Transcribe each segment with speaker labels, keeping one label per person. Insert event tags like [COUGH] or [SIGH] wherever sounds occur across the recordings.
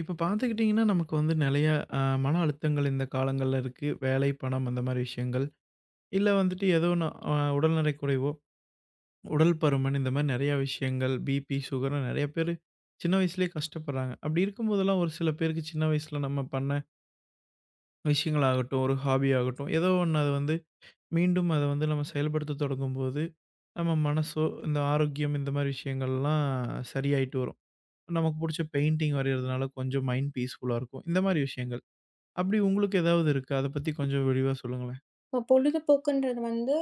Speaker 1: இப்ப பார்த்துக்கிட்டீங்கன்னா, நமக்கு வந்து நெறைய அ மன அழுத்தங்கள் இந்த காலங்கள்ல இருக்கு. வேலை, பணம் அந்த மாரி விஷயங்கள். இல்ல வந்துட்டு ஏதோ ஒண்ணு உடல்நெறை குறைவோ, உடல் பருமன் இந்த மாரி நெறைய விஷயங்கள், பிபி, சுகர்ன்னு நெறைய பேரு சின்ன வயசுலயே கஷ்டப்படுறாங்க. அப்படி இருக்கும்போதெல்லாம் ஒரு சில பேருக்கு சின்ன வயசுல நம்ம பண்ண விஷயங்களாகட்டும், ஒரு ஹாபி ஆகட்டும், ஏதோ ஒண்ணு அது வந்து மீண்டும் அத வந்து நம்ம செயல்படுத்த தொடங்கும்போது, நம்ம மனசோ, இந்த ஆரோக்கியம் இந்த மாரி விஷயங்கள்லாம் சரியாயிட்டு வரும். நமக்கு புடிச்ச பெயிண்டிங் வரையிறதுனால கொஞ்சம் மைண்ட் பீஸ்ஃபுல்லா இருக்கும். இந்த மாரி விஷயங்கள். அப்படி உங்களுக்கு ஏதாவது இருக்கா? அத பத்தி கொஞ்சம் விரிவா சொல்லுங்களேன்.
Speaker 2: இப்ப பொழுதுபோக்குன்றது வந்து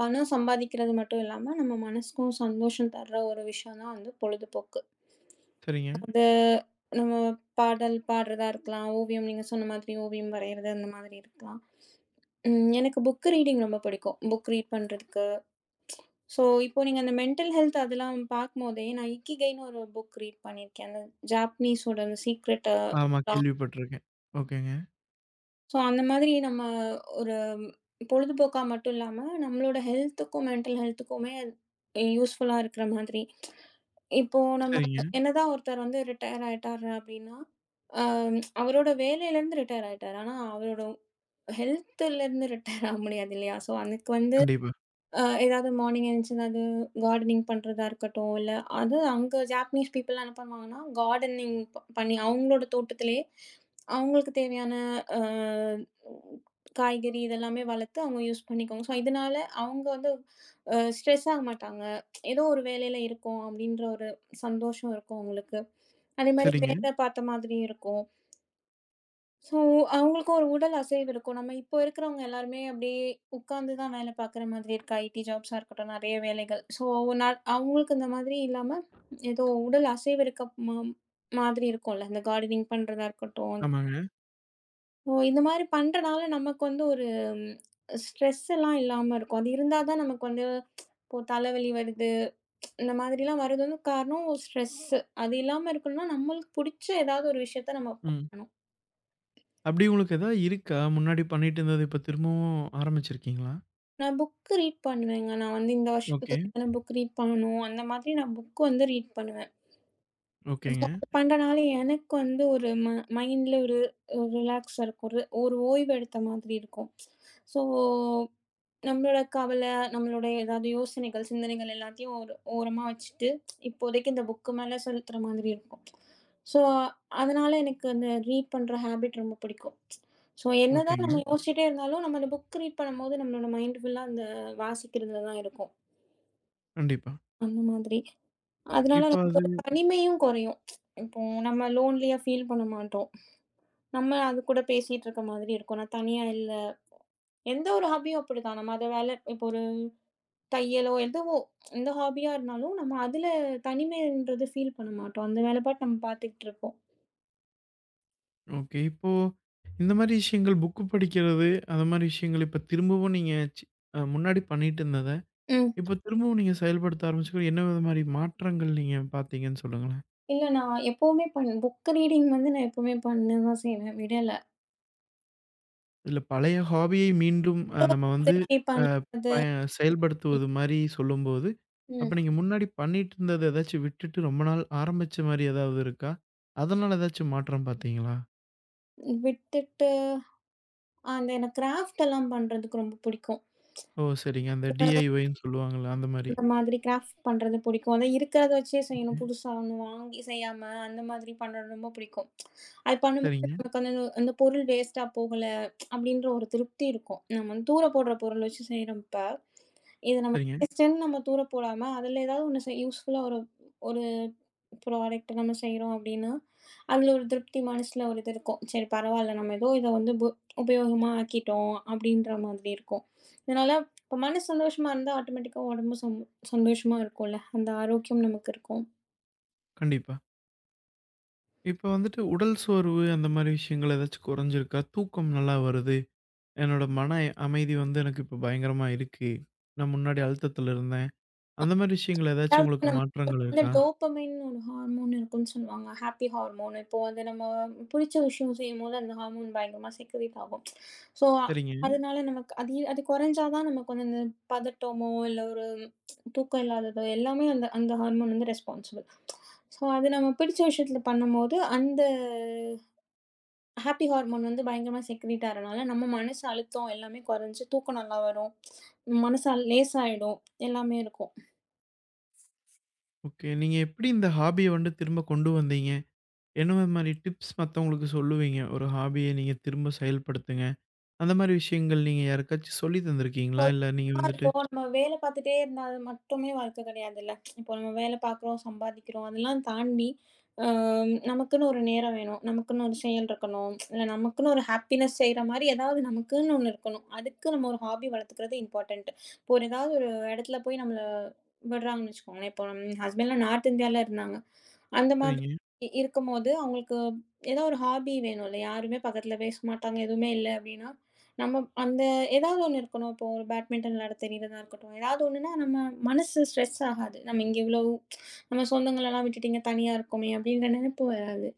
Speaker 2: பணம் சம்பாதிக்கிறது மட்டும் இல்லாம, நம்ம மனசுக்கும் சந்தோஷம் தர்ற ஒரு விஷயம் தான் வந்து பொழுதுபோக்கு.
Speaker 1: சரிங்க.
Speaker 2: அது நம்ம பாடல் பாடுறதா இருக்கலாம், ஓவியம் நீங்க சொன்ன மாதிரி ஓவியம் வரையறது அந்த மாதிரி இருக்கலாம். எனக்கு புக் ரீடிங் ரொம்ப பிடிக்கும். புக் ரீட் பண்றதுக்கு. ஸோ இப்போ நீங்க அந்த மென்டல் ஹெல்த் அதெல்லாம் பார்க்கும்போதே நான் இக்கிகைன்னு ஒரு புக் ரீட் பண்ணியிருக்கேன். அந்த ஜாப்பனீஸோட அந்த சீக்ரெட்.
Speaker 1: ஆமா, கேள்விப்பட்டுருக்கேன். ஓகேங்க.
Speaker 2: ஸோ, அந்த மாதிரி நம்ம ஒரு பொழுதுபோக்கா மட்டும் இல்லாம, நம்மளோட ஹெல்த்துக்கும், மென்டல் ஹெல்த்துக்குமே யூஸ்ஃபுல்லா இருக்கிற மாதிரி. இப்போ நம்ம
Speaker 1: சரிங்க.
Speaker 2: என்னதான் ஒருத்தர் வந்து ரிட்டயர் ஆயிட்டாரு அப்டின்னா, அ அவரோட வேலையிலேருந்து ரிட்டயர் ஆயிட்டாரு. ஆனா அவரோட ஹெல்த்துலேருந்து ரிட்டயர் ஆக முடியாது இல்லையா? ஸோ, அதுக்கு வந்து
Speaker 1: கண்டிப்பா.
Speaker 2: ஏதாவது மார்னிங் எழுந்துச்சு ஏதாவது கார்டனிங் பண்றதா இருக்கட்டும், இல்ல அது அங்க ஜாப்பனீஸ் பீப்பிள்லாம் என்ன பண்ணுவாங்கன்னா, கார்டனிங் பண்ணி அவங்களோட தோட்டத்திலேயே அவங்களுக்கு தேவையான அ காய்கறி இதெல்லாமே வளர்த்து அவங்க யூஸ் பண்ணிக்குவாங்க. ஸோ இதனால அவங்க வந்து ஸ்ட்ரெஸ் ஆக மாட்டாங்க. ஏதோ ஒரு வேலையில இருக்கோம் அப்படின்ற ஒரு சந்தோஷம் இருக்கும் அவங்களுக்கு. அதே மாரி
Speaker 1: சரிங்க.
Speaker 2: வேலை பார்த்த மாதிரியும் இருக்கும். ஸோ, அவங்களுக்கும் ஒரு உடல் அசைவு இருக்கும். நம்ம இப்போ இருக்கிறவங்க எல்லாருமே அப்படியே உட்கார்ந்து தான் வேலை பார்க்குற மாதிரி இருக்கு. ஐடி ஜாப்ஸா இருக்கட்டும், நெறைய வேலைகள். ஸோ, நா அவங்களுக்கு இந்த மாதிரி இல்லாம, ஏதோ உடல் அசைவு இருக்க மாதிரி இருக்கும்ல. இந்த கார்டனிங் பண்றதா இருக்கட்டும்.
Speaker 1: ஆமாங்க.
Speaker 2: ஸோ, இந்த மாதிரி பண்றனால நமக்கு வந்து ஒரு ஸ்ட்ரெஸ் எல்லாம் இல்லாம இருக்கும். அது இருந்தா தான் நமக்கு வந்து இப்போ தலைவலி வருது. இந்த மாதிரிலாம் வரது வந்து காரணம் ஸ்ட்ரெஸ்ஸு. அது இல்லாம இருக்கணும்னா, நம்மளுக்கு புடிச்ச ஏதாவது ஒரு விஷயத்த நம்ம
Speaker 1: ம்.
Speaker 2: பண்ணணும்.
Speaker 1: அப்படி உங்களுக்கு ஏதாவது இருக்கா? முன்னாடி பண்ணிட்டு இருந்தது இப்ப திரும்பவும் ஆரம்பிச்சிருக்கீங்களா?
Speaker 2: நான் புக் ரீட் பண்ணுவேங்க. நான் வந்து இந்த
Speaker 1: ஓகே.
Speaker 2: வருஷத்துக்கு இத்தன புக் ரீட் பண்ணணும். அந்த மாதிரி நான் புக் வந்து ரீட் பண்ணுவேன். ஸோ
Speaker 1: ஓகேங்க.
Speaker 2: அது பண்றனால எனக்கு வந்து ஒரு மைண்ட்ல ஒரு ஒரு ரிலாக்ஸா இருக்கும். ஒரு ஒரு ஓய்வு எடுத்த மாதிரி இருக்கும். ஸோ நம்மளோட கவல, நம்மளோட ஏதாவது யோசனைகள், சிந்தனைகள் எல்லாத்தையும் ஒரு ஓரமா வச்சுட்டு, இப்போதைக்கு இந்த புக்கு மேல செலுத்துற மாதிரி இருக்கும். ஸோ, அதனால எனக்கு அந்த ரீட் பண்ற ஹேபிட் ரொம்ப பிடிக்கும். ஸோ, என்னதான்
Speaker 1: ஓகேங்க.
Speaker 2: நம்ம யோசிச்சுட்டே இருந்தாலும், நம்ம அந்த புக் ரீட் பண்ணும்போது நம்மளோட மைண்ட் ஃபுல்லா அந்த வாசிக்கிறதுல தான் இருக்கும்.
Speaker 1: கண்டிப்பா.
Speaker 2: அந்த மாதிரி. அதனால
Speaker 1: இப்ப
Speaker 2: நமக்கு
Speaker 1: அது
Speaker 2: ஒரு தனிமையும் குறையும். இப்போ நம்ம லோன்லியா ஃபீல் பண்ண மாட்டோம். நம்ம அது கூட பேசிட்டு இருக்க மாதிரி இருக்கும். நான் தனியா இல்ல. எந்த ஒரு ஹாபியும் அப்படிதான். நம்ம அத வேல இப்போ தையலோ, எதுவோ எந்த ஹாபியா இருந்தாலும், நம்ம அதுல தனிமைன்றது ஃபீல் பண்ண மாட்டோம். அந்த வேல பாட்டு நம்ம பார்த்துக்கிட்டுருப்போம்.
Speaker 1: ஓகே. இப்போ இந்த மாரி விஷயங்கள் புக்கு படிக்கிறது, அந்த மாரி விஷயங்கள் இப்ப திரும்பவும் நீங்க சி அ முன்னாடி பண்ணிட்டு இருந்தத,
Speaker 2: ம்.
Speaker 1: இப்ப திரும்பவும் நீங்க செயல்படுத்த ஆரம்பிச்சு என்ன வித மாரி மாற்றங்கள் நீங்க பார்த்தீங்கன்னு சொல்லுங்களேன்?
Speaker 2: இல்ல நான் எப்பவுமே புக் ரீடிங் வந்து நான் எப்பவுமே பண்ணதான் செய்வேன், விடல.
Speaker 1: இல்ல பழைய ஹாபியை மீண்டும் நம்ம
Speaker 2: ஆஹா.
Speaker 1: வந்து
Speaker 2: திருப்பி
Speaker 1: அ
Speaker 2: பண்றது.
Speaker 1: பய செயல்படுத்துவது மாரி சொல்லும்போது, அப்ப
Speaker 2: ம்.
Speaker 1: நீங்க முன்னாடி பண்ணிட்டு இருந்தத ஏதாச்சும் விட்டுட்டு ரொம்ப நாள் ஆரம்பிச்ச மாரி ஏதாவது இருக்கா? அதனால ஏதாச்சும் மாற்றம் பார்த்தீங்களா?
Speaker 2: விட்டுட்டு அந்த எனக்கு கிராஃப்ட் எல்லாம் பண்றதுக்கு ரொம்ப பிடிக்கும்.
Speaker 1: ஓ! சரிங்க. அந்த டிஐஒய்ன்னு சொல்லுவாங்கல்ல அந்த மாரி.
Speaker 2: அந்த மாதிரி கிராஃப்ட் பண்றது பிடிக்கும். அதான் இருக்கிறத வச்சே
Speaker 1: ஓகே.
Speaker 2: செய்யணும். புதுசா ஒண்ணு வாங்கி செய்யாம, அந்த மாதிரி பண்றது ரொம்ப பிடிக்கும். அது பண்ணும்போது
Speaker 1: சரிங்க,
Speaker 2: நமக்கு அந்த அந்த பொருள் வேஸ்ட்டா போகல, அப்படின்ற ஒரு திருப்தி இருக்கும். நம்ம வந்து தூர போடுற பொருள் வச்சு செய்றப்ப இது நம்ம
Speaker 1: சரிங்க.
Speaker 2: வேஸ்ட்டுன்னு நம்ம தூர போடாம, அதுல ஏதாவது ஒண்ணு யூஸ்ஃபுல்லா ஒரு ஒரு ப்ராடக்ட் நம்ம செய்றோம் அப்டின்னா, அதுல ஒரு திருப்தி மனசுல ஒரு இது இருக்கும். சரி பரவால்ல நம்ம ஏதோ இத வந்து உபயோகமா ஆக்கிட்டோம் அப்டின்ற மாதிரி இருக்கும். இதனால இப்ப மனசு சந்தோஷமா இருந்தா ஆட்டோமேட்டிக்கா உடம்பும் சந்தோஷமா இருக்கும்ல. அந்த ஆரோக்கியம் நமக்கு
Speaker 1: கண்டிப்பா. இப்ப வந்துட்டு உடல் சோர்வு அந்த மாரி விஷயங்கள் ஏதாச்சும் குறைஞ்சிருக்கா? தூக்கம் நல்லா வருது. என்னோட மன அமைதி வந்து எனக்கு இப்ப பயங்கரமா இருக்கு. நான் முன்னாடி அழுத்தத்துல இருந்தேன். அந்த மாரி விஷயங்கள் ஏதாச்சும் உங்களுக்கு
Speaker 2: இருக்கும்.
Speaker 1: மாற்றங்கள்
Speaker 2: இந்த
Speaker 1: இருக்கா?
Speaker 2: டோப்பமைன்னு ஒரு ஹார்மோன் இருக்குன்னு சொல்லுவாங்க. Happy hormone. இப்போ அது நம்ம புடிச்ச விஷயம் செய்யும்போது, அந்த ஹார்மோன் பயங்கரமா செக்ரீட் ஆகும். ஸோ
Speaker 1: சரிங்க.
Speaker 2: அதனால நமக்கு அது அது கொறைஞ்சா தான் நமக்கு வந்து அந்த பதட்டமோ, இல்ல ஒரு தூக்கம் இல்லாததோ எல்லாமே அந்த அந்த ஹார்மோன் வந்து ரெஸ்பான்சிபிள். ஸோ அது நம்ம பிடிச்ச விஷயத்துல பண்ணும்போது, அந்த ஹாப்பி ஹார்மோன் வந்து பயங்கரமா செக்ரீட் ஆகுறனால, நம்ம மனசு அழுத்தம் எல்லாமே கொறைஞ்சு தூக்கம் நல்லா வரும். மனசு லேசாயிடும். எல்லாமே இருக்கும்.
Speaker 1: ஓகே. நீங்க எப்படி இந்த ஹாபிய வந்து திரும்ப கொண்டு வந்தீங்க? என்ன மாரி டிப்ஸ் மத்தவங்களுக்கு சொல்லுவீங்க? ஒரு ஹாபிய நீங்க திரும்ப செயல்படுத்துங்க. அந்த மாரி விஷயங்கள் நீங்க யாருக்காச்சும் சொல்லி தந்திருக்கீங்களா? இல்ல நீங்க வந்துட்டு
Speaker 2: இப்போ நம்ம வேல பார்த்துட்டே இருந்தா அது மட்டுமே வாழ்க்கை கிடையாதுல்ல. இப்போ நம்ம வேல பார்க்குறோம், சம்பாதிக்கிறோம். அதெல்லாம் தாண்டி அ நமக்குன்னு ஒரு நேரம் வேணும். நமக்குன்னு ஒரு செயல் இருக்கணும். இல்ல நமக்குன்னு ஒரு ஹாப்பினஸ் செய்ற மாரி ஏதாவது நமக்குன்னு ஒண்ணு இருக்கணும். அதுக்கு நம்ம ஒரு ஹாபி வளர்த்துக்கிறது இம்பார்ட்டன்ட். இப்போ ஒரு ஏதாவது ஒரு இடத்துல போய் நம்மள விடுறாங்கன்னு வச்சுக்கோங்களேன். இப்போ என் ஹஸ்பண்ட்லாம் நார்த் இந்தியால இருந்தாங்க. அந்த மாதிரி
Speaker 1: சரிங்க.
Speaker 2: இருக்கும்போது அவங்களுக்கு ஏதோ ஒரு ஹாபி வேணும்ல. யாருமே பக்கத்துல பேச மாட்டாங்க. எதுவுமே இல்ல அப்டின்னா நம்ம அந்த ஏதாவது ஒண்ணு இருக்கணும். இப்போ ஒரு பேட்மிண்டன் விளையாட தெரியறதா இருக்கட்டும். ஏதாவது ஒண்ணுன்னா நம்ம மனசு ஸ்ட்ரெஸ் ஆகாது. நம்ம இங்க இவ்ளோ நம்ம சொந்தங்களெல்லாம் விட்டுட்டு இங்க தனியா இருக்கோமே அப்படின்ற நெனப்பு வராது.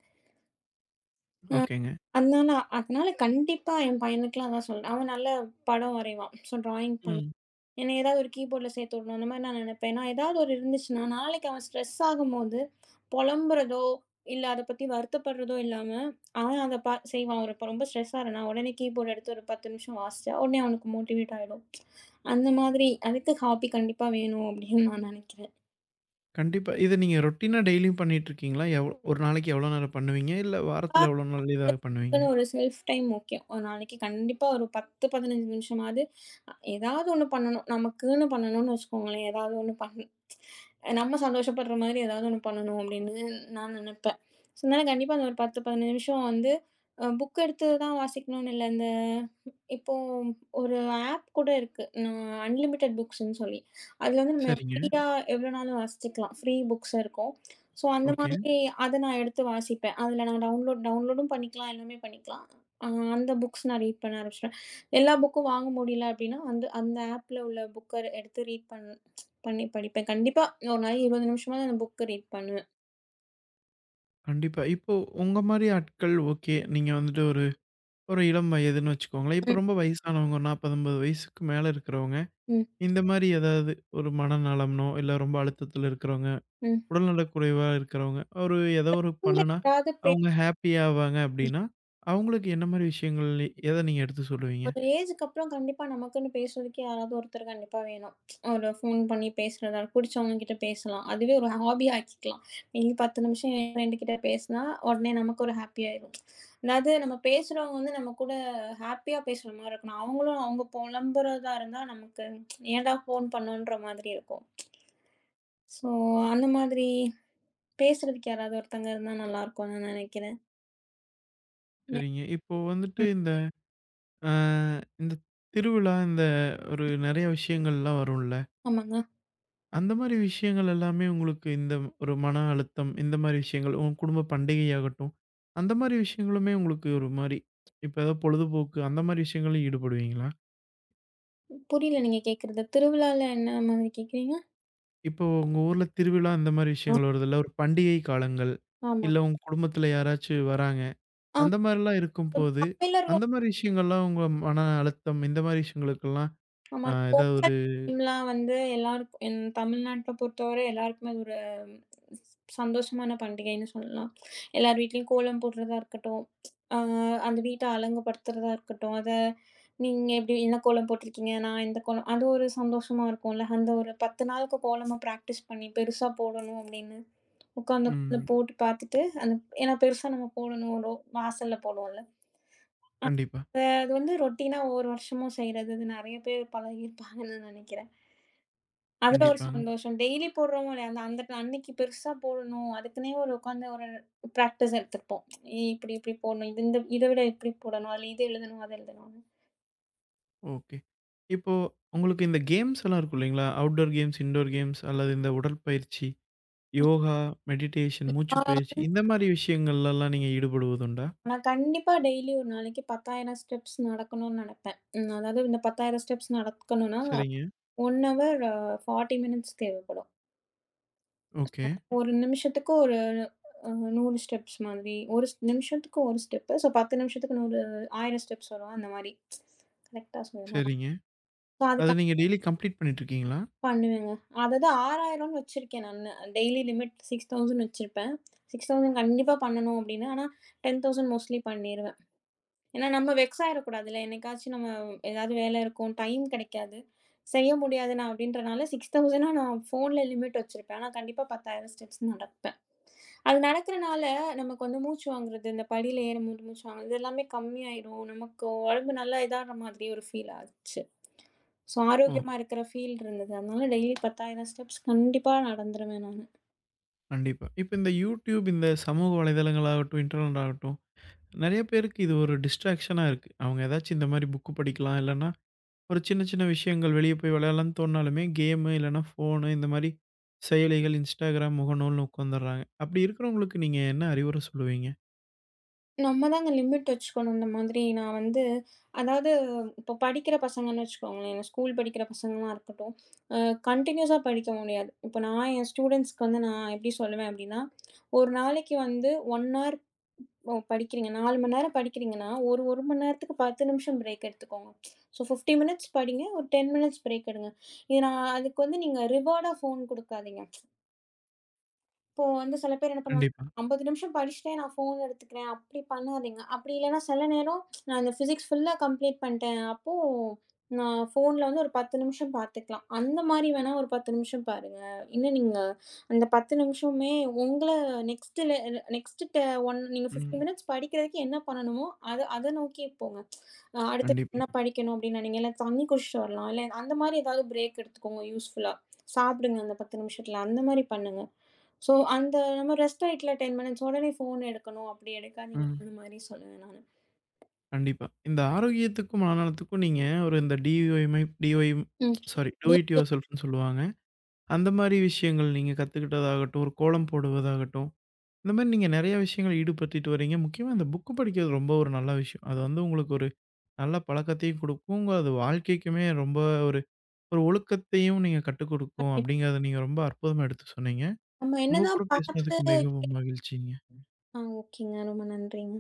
Speaker 2: அ
Speaker 1: ஓகேங்க.
Speaker 2: அதனால அதனால கண்டிப்பா என் பையனுக்குலாம் அதான் சொல்றேன். அவன் நல்ல படம் வரைவான். ஸோ டிராயிங் பண்ணுவான்.
Speaker 1: ம்.
Speaker 2: என்ன ஏதாவது ஒரு கீபோர்ட்ல சேர்த்து விடணும். அந்த மாரி நான் நெனப்பேன். ஏன்னா, ஏதாவது ஒரு இருந்துச்சுன்னா, நாளைக்கு அவன் ஸ்ட்ரெஸ் ஆகும்போது, புலம்புறதோ, இல்ல அத பத்தி வருத்தப்படுறதோ இல்லாம, அவன் அத செய்வான். ஒரு இப்ப ரொம்ப ஸ்ட்ரெஸ்ஸா இருந்தா, உடனே கீபோர்ட் எடுத்து ஒரு 10 நிமிஷம் வாசிச்சா, உடனே அவனுக்கு மோட்டிவேட் ஆயிடும். அந்த மாதிரி அதுக்கு ஹாபி கண்டிப்பா வேணும் அப்படின்னு நான் நெனைக்கிறேன்.
Speaker 1: கண்டிப்பா. இத நீங்க ரொட்டீனா டெய்லியும் பண்ணிட்டுருக்கீங்களா? எவ் ஒரு நாளைக்கு எவ்வளோ நேரம் பண்ணுவீங்க? இல்ல வாரத்துல எவ்வளோ நாள் இத பண்ணுவீங்க?
Speaker 2: நமக்குன்னு ஒரு செல்ஃப் டைம் முக்கியம். ஒரு நாளைக்கு கண்டிப்பா ஒரு 10, 15 நிமிஷமாவது ஏதாவது ஒண்ணு பண்ணணும். நமக்குன்னு பண்ணணும்னு வச்சுக்கோங்களேன். ஏதாவது ஒண்ணு பண்ணணும். நம்ம சந்தோஷப்படுற மாதிரி ஏதாவது ஒண்ணு பண்ணணும் அப்படின்னு நான் நினைப்பேன். ஸோ, அதனால கண்டிப்பா அந்த ஒரு 10, 15 நிமிஷம் வந்து புக் எடுத்து தான் வாசிக்கணும்னு இல்ல. இந்த இப்போ ஒரு ஆப் கூட இருக்கு. நான் அன்லிமிட்டட் புக்ஸ்ன்னு சொல்லி. அதுல வந்து நம்ம
Speaker 1: சரிங்க.
Speaker 2: ஃப்ரீயா எவ்வளோ நாளும் வாசிச்சுக்கலாம். ஃப்ரீ புக்ஸ் இருக்கும். ஸோ அந்த
Speaker 1: ஓகே.
Speaker 2: மாதிரி அத நான் எடுத்து வாசிப்பேன். அதுல நான் டவுன்லோட் டவுன்லோடும் பண்ணிக்கலாம். எல்லாமே பண்ணிக்கலாம். அ அந்த புக்ஸ் நான் ரீட் பண்ண ஆரம்பிச்சுருவேன். எல்லா புக்கும் வாங்க முடியல அப்டின்னா, வந்து அந்த ஆப்ல உள்ள புக்க எடுத்து ரீட் பண்ணி படிப்பேன். கண்டிப்பா ஒரு நாளைக்கு 20 நிமிஷமாவது அந்த புக்க ரீட் பண்ணுவேன்.
Speaker 1: கண்டிப்பா. இப்போ உங்க மாரி ஆட்கள் ஓகே. நீங்க வந்துட்டு ஒரு ஒரு இளம் வயதுன்னு வச்சுக்கோங்களேன். இப்போ
Speaker 2: ம்,
Speaker 1: ரொம்ப வயசானவங்க 40, 50 வயசுக்கு மேல இருக்கிறவங்க
Speaker 2: ம்,
Speaker 1: இந்த மாரி ஏதாவது ஒரு மனநலம்னோ, இல்ல ரொம்ப அழுத்தத்தில இருக்கிறவங்க,
Speaker 2: ம்.
Speaker 1: உடல்நலக்குறைவா இருக்கிறவங்க, ஒரு ஏதோ ஒரு
Speaker 2: நீங்க
Speaker 1: பண்ணுனா,
Speaker 2: யாராவது
Speaker 1: அவங்க ஹாப்பி ஆவாங்க அப்படின்னா, அவங்களுக்கு என்ன மாரி விஷயங்கள் எத நீங்க எடுத்து சொல்லுவீங்க?
Speaker 2: ஒரு ஏஜுக்கு அப்புறம் கண்டிப்பா நமக்குன்னு பேசுறதுக்கு யாராவது ஒருத்தர் கண்டிப்பா வேணும். ஒரு ஃபோன் பண்ணி பேசுறதா, புடிச்சவங்க கிட்ட பேசலாம். அதுவே ஒரு ஹாபியா ஆக்கிக்கலாம். டெய்லி 10 நிமிஷம் என் ஃப்ரெண்டு கிட்ட பேசினா, உடனே நமக்கு ஒரு ஹாப்பி ஆயிரும். அதாவது நம்ம பேசுறவங்க வந்து நம்ம கூட ஹாப்பியா பேசுற மாரி இருக்கணும். அவங்களும் அவங்க புலம்புறதா இருந்தா நமக்கு ஏன்டா ஃபோன் பண்ணோன்ற மாதிரி இருக்கும். ஸோ அந்த மாதிரி பேசுறதுக்கு யாராவது ஒருத்தங்க இருந்தா நல்லாயிருக்கும்னு நான் நினைக்கிறேன். மே-
Speaker 1: சரிங்க. இப்போ வந்துட்டு
Speaker 2: ம்.
Speaker 1: இந்த அ இந்த திருவிழா, இந்த ஒரு நெறைய விஷயங்கள்லாம் வரும்ல.
Speaker 2: ஆமாங்க.
Speaker 1: அந்த மாரி விஷயங்கள் எல்லாமே உங்களுக்கு இந்த ஒரு மன அழுத்தம், இந்த மாரி விஷயங்கள் உங்க குடும்ப பண்டிகையாகட்டும், அந்த மாரி விஷயங்களுமே உங்களுக்கு ஒரு மாரி இப்ப ஏதோ பொழுதுபோக்கு அந்த மாரி விஷயங்கள்ல ஈடுபடுவீங்களா?
Speaker 2: புரியல நீங்க கேட்கறது. திருவிழால என்ன மாதிரி கேட்கிறீங்க?
Speaker 1: இப்போ உங்க ஊர்ல திருவிழா அந்த மாரி விஷயங்கள் வருதுல்ல. ஒரு பண்டிகை காலங்கள்,
Speaker 2: ஆமா.
Speaker 1: இல்ல உங்க குடும்பத்துல யாராச்சு வராங்க. அந்த மாரிலாம்
Speaker 2: இப்ப
Speaker 1: இருக்கும்போது, அந்த
Speaker 2: தமிழர்கள்.
Speaker 1: மாரி விஷயங்கள்லாம் உங்க மன அழுத்தம் இந்த மாரி விஷயங்களுக்கெல்லாம்
Speaker 2: ஆமா.
Speaker 1: ஏதாவது ஒரு
Speaker 2: பொங்கல் டைம்லாம் வந்து எல்லாருக்கும் என் தமிழ்நாட்ல பொறுத்தவரை எல்லாருக்குமே அது ஒரு சந்தோஷமான பண்டிகைன்னு சொல்லலாம். எல்லார் வீட்லயும் கோலம் போடுறதா இருக்கட்டும், அ அந்த வீட்ட அலங்குபடுத்துறதா இருக்கட்டும், அத நீங்க எப்படி என்ன கோலம் போட்டிருக்கீங்க? நான் இந்த கோலம் அது ஒரு சந்தோஷமா இருக்கும்ல. அந்த ஒரு 10 நாளுக்கு கோலமா பிராக்டிஸ் பண்ணி பெருசா போடணும் அப்படின்னு உட்காந்து
Speaker 1: ம்.
Speaker 2: போட்டு பார்த்துட்டு, அந்த ஏன்னா பெருசா நம்ம போடணும். வாசல்ல போடுவோம்ல.
Speaker 1: கண்டிப்பா,
Speaker 2: அது வந்து ரொட்டீனா ஒவ்வொரு வருஷமும் செய்றது. அது நெறைய பேர் பழகியிருப்பாங்கன்னு நினைக்கிறேன். அதுல ஒரு கண்டிப்பா.
Speaker 1: கண்டிப்பாங்க.
Speaker 2: சந்தோஷம். டெய்லி போடுறோமோ இல்லையா, அந்த அந்த அன்னைக்கு பெருசா போடணும். அதுக்குன்னே ஒரு உட்காந்து ஒரு பிராக்டிஸ் எடுத்துப்போம். இப்படி இப்படி போடணும். இது இந்த இத விட இப்படி போடணும். அதுல இது எழுதணும், அது எழுதணும்னு.
Speaker 1: ஓகே. இப்போ உங்களுக்கு இந்த கேம்ஸ் எல்லாம் இருக்கும் இல்லைங்களா? அவுட்டோர் கேம்ஸ், இன்டோர் கேம்ஸ் அல்லது இந்த உடற்பயிற்சி, யோகா, மெடிடேஷன்,
Speaker 2: [LAUGHS]
Speaker 1: மூச்சு
Speaker 2: நான்
Speaker 1: பயிற்சி
Speaker 2: வந்து
Speaker 1: இந்த மாரி விஷயங்கள்லலாம் நீங்க ஈடுபடுவதுண்டா?
Speaker 2: நான் கண்டிப்பா டெய்லி ஒரு நாளைக்கு 10,000 ஸ்டெப்ஸ் நடக்கணும்னு நெனைப்பேன். ம். அதாவது இந்த 10,000 ஸ்டெப்ஸ் நடக்கணும்னா
Speaker 1: சரிங்க.
Speaker 2: 1 ஹவர் 40 மினிட்ஸ் தேவைப்படும்.
Speaker 1: ஓகே.
Speaker 2: ஒரு நிமிஷத்துக்கு ஒரு 100 ஸ்டெப்ஸ் மாதிரி. ஒரு நிமிஷத்துக்கு 1 ஸ்டெப்பு. ஸோ 10 நிமிஷத்துக்கு 1000 ஸ்டெப்ஸ் வரும் அந்த மாரி. கரெக்ட்டா சொன்னேனா?
Speaker 1: சரிங்க.
Speaker 2: ஸோ அது
Speaker 1: அத நீங்க
Speaker 2: கணக்கு
Speaker 1: டெய்லி கம்ப்ளீட் பண்ணிட்டு இருக்கீங்களா?
Speaker 2: பண்ணுவேங்க. அதாவது 6000ன்னு வச்சிருக்கேன் நானு. டெய்லி லிமிட் 6000 வச்சிருப்பேன். 6000 கண்டிப்பா பண்ணணும் அப்படின்னு. ஆனா 10,000 மோஸ்ட்லி பண்ணிருவேன். ஏன்னா, நம்ம வெக்ஸ் ஆயிறக்கூடாதுல்ல. என்னைக்காச்சும் நம்ம ஏதாவது வேலை இருக்கும். டைம் கிடைக்காது. செய்ய முடியாது நான் அப்படின்றனால 6000 நான் ஃபோன்ல லிமிட் வச்சிருப்பேன். ஆனா கண்டிப்பா 10,000 ஸ்டெப்ஸ் நடப்பேன். அது நடக்கிறனால நமக்கு வந்து மூச்சு வாங்குறது, இந்த படியில ஏறும்போது மூச்சு வாங்குறது இது எல்லாமே கம்மியாயிரும். நமக்கு உடம்பு நல்லா இதாகுற மாதிரி ஒரு ஃபீல் ஆச்சு. ஸோ
Speaker 1: ஓ!
Speaker 2: ஆரோக்கியமா இருக்கிற ஃபீல் இருந்தது. அதனால டெய்லி 10,000 ஸ்டெப்ஸ் கண்டிப்பா நடந்துருவேன் நானு.
Speaker 1: கண்டிப்பா. இப்ப இந்த YouTube, இந்த சமூக வலைதளங்கள் ஆகட்டும், இன்டர்நெட் ஆகட்டும், நெறைய பேருக்கு இது ஒரு டிஸ்ட்ராக்ஷனா இருக்கு. அவங்க ஏதாச்சும் இந்த மாரி புக் படிக்கலாம், இல்லன்னா ஒரு சின்ன சின்ன விஷயங்கள் வெளிய போய் விளையாடலாம்னு தோணுனாலுமே, கேமு இல்லன்னா ஃபோனு இந்த மாரி செயலிகள், Instagram, முகநூல்னு உட்காந்துர்றாங்க. அப்படி இருக்கிறவங்களுக்கு நீங்க என்ன அறிவுரை சொல்லுவீங்க?
Speaker 2: நம்ம தாங்க லிமிட் வச்சுக்கணும். இந்த மாதிரி நான் வந்து அதாவது இப்போ படிக்கிற பசங்கன்னு வச்சுக்கோங்களேன். ஸ்கூல் படிக்கிற பசங்களா இருக்கட்டும். அ கன்டினியூஸா படிக்க முடியாது. இப்போ நான் என் ஸ்டூடெண்ட்ஸ்க்கு வந்து நான் எப்படி சொல்லுவேன் அப்படின்னா, ஒரு நாளைக்கு வந்து 1 ஹவர் படிக்கிறீங்க. 4 மணி நேரம் படிக்கிறீங்கன்னா, ஒரு 1 மணி நேரத்துக்கு 10 நிமிஷம் பிரேக் எடுத்துக்கோங்க. ஸோ 50 மினிட்ஸ் படிங்க. ஒரு 10 மினிட்ஸ் பிரேக் எடுங்க. இது நான் அதுக்கு வந்து நீங்க ரிவார்டா ஃபோன் குடுக்காதீங்க. இப்போ வந்து சில பேர் என்ன பண்ணுவாங்க,
Speaker 1: கண்டிப்பா.
Speaker 2: 50 நிமிஷம் படிச்சுட்டே நான் ஃபோன் எடுத்துக்கிறேன். அப்படி பண்ணாதீங்க. அப்படி இல்லைன்னா சில நேரம் நான் இந்த ஃபிசிக்ஸ் ஃபுல்லா கம்ப்ளீட் பண்ணிட்டேன். அப்போ நான் ஃபோன்ல வந்து ஒரு 10 நிமிஷம் பார்த்துக்கலாம். அந்த மாரி வேணா ஒரு 10 நிமிஷம் பாருங்க. இன்னும் நீங்க அந்த 10 நிமிஷமுமே உங்கள நெக்ஸ்ட் லெ நெக்ஸ்ட் ட ஒன் நீங்க 15
Speaker 1: ம்.
Speaker 2: மினிட்ஸ் படிக்கிறதுக்கு என்ன பண்ணணுமோ, அத அத நோக்கி போங்க. அடுத்து
Speaker 1: கண்டிப்பா.
Speaker 2: என்ன படிக்கணும் அப்படின்னு நினைங்க. இல்ல தண்ணி குடிச்சிட்டு வரலாம். இல்ல அந்த மாரி ஏதாவது பிரேக் எடுத்துக்கோங்க யூஸ்ஃபுல்லா. சாப்பிடுங்க அந்த 10 நிமிஷத்துல. அந்த மாரி பண்ணுங்க. சோ, அந்த நம்ம ரெஸ்ட் ஆயிட்டல 10 மினிட்ஸ் உடனே ஃபோன் எடுக்கணும். அப்படி எடுக்காதீங்க.
Speaker 1: ம்.
Speaker 2: அந்த மாரி சொல்லுவேன் நானு.
Speaker 1: கண்டிப்பா. இந்த ஆரோக்கியத்துக்கும், மனநலத்துக்கும் நீங்க ஒரு இந்த டிஒய்மை டிஒய்ம்
Speaker 2: ம்.
Speaker 1: சாரி, டூ இட்
Speaker 2: வீடியோ
Speaker 1: யுவர்செல்ஃப்ன்னு சொல்லுவாங்க. அந்த மாரி விஷயங்கள் நீங்க கத்துக்கிட்டதாகட்டும், ஒரு கோலம் போடுவதாகட்டும் இந்த மாரி நீங்க நெறைய விஷயங்கள் ஈடுபட்டுட்டு வரீங்க. முக்கியமா இந்த புக்கு படிக்கிறது ரொம்ப ஒரு நல்ல விஷயம். அது வந்து உங்களுக்கு ஒரு நல்ல பழக்கத்தையும் குடுக்கும். அது வாழ்க்கைக்குமே ரொம்ப ஒரு ஒரு ஒழுக்கத்தையும் நீங்க கத்துக் குடுக்கும்.
Speaker 2: கண்டிப்பா.
Speaker 1: அப்படிங்கிறத நீங்க ரொம்ப அற்புதமா எடுத்து சொன்னீங்க.
Speaker 2: நம்ம
Speaker 1: உங்க கூட
Speaker 2: என்னதான் பார்த்து
Speaker 1: பேசினதுக்கு
Speaker 2: கே
Speaker 1: மிகவும் மகிழ்ச்சிங்க.
Speaker 2: ஆ ஓகேங்க. ரொம்ப நன்றிங்க.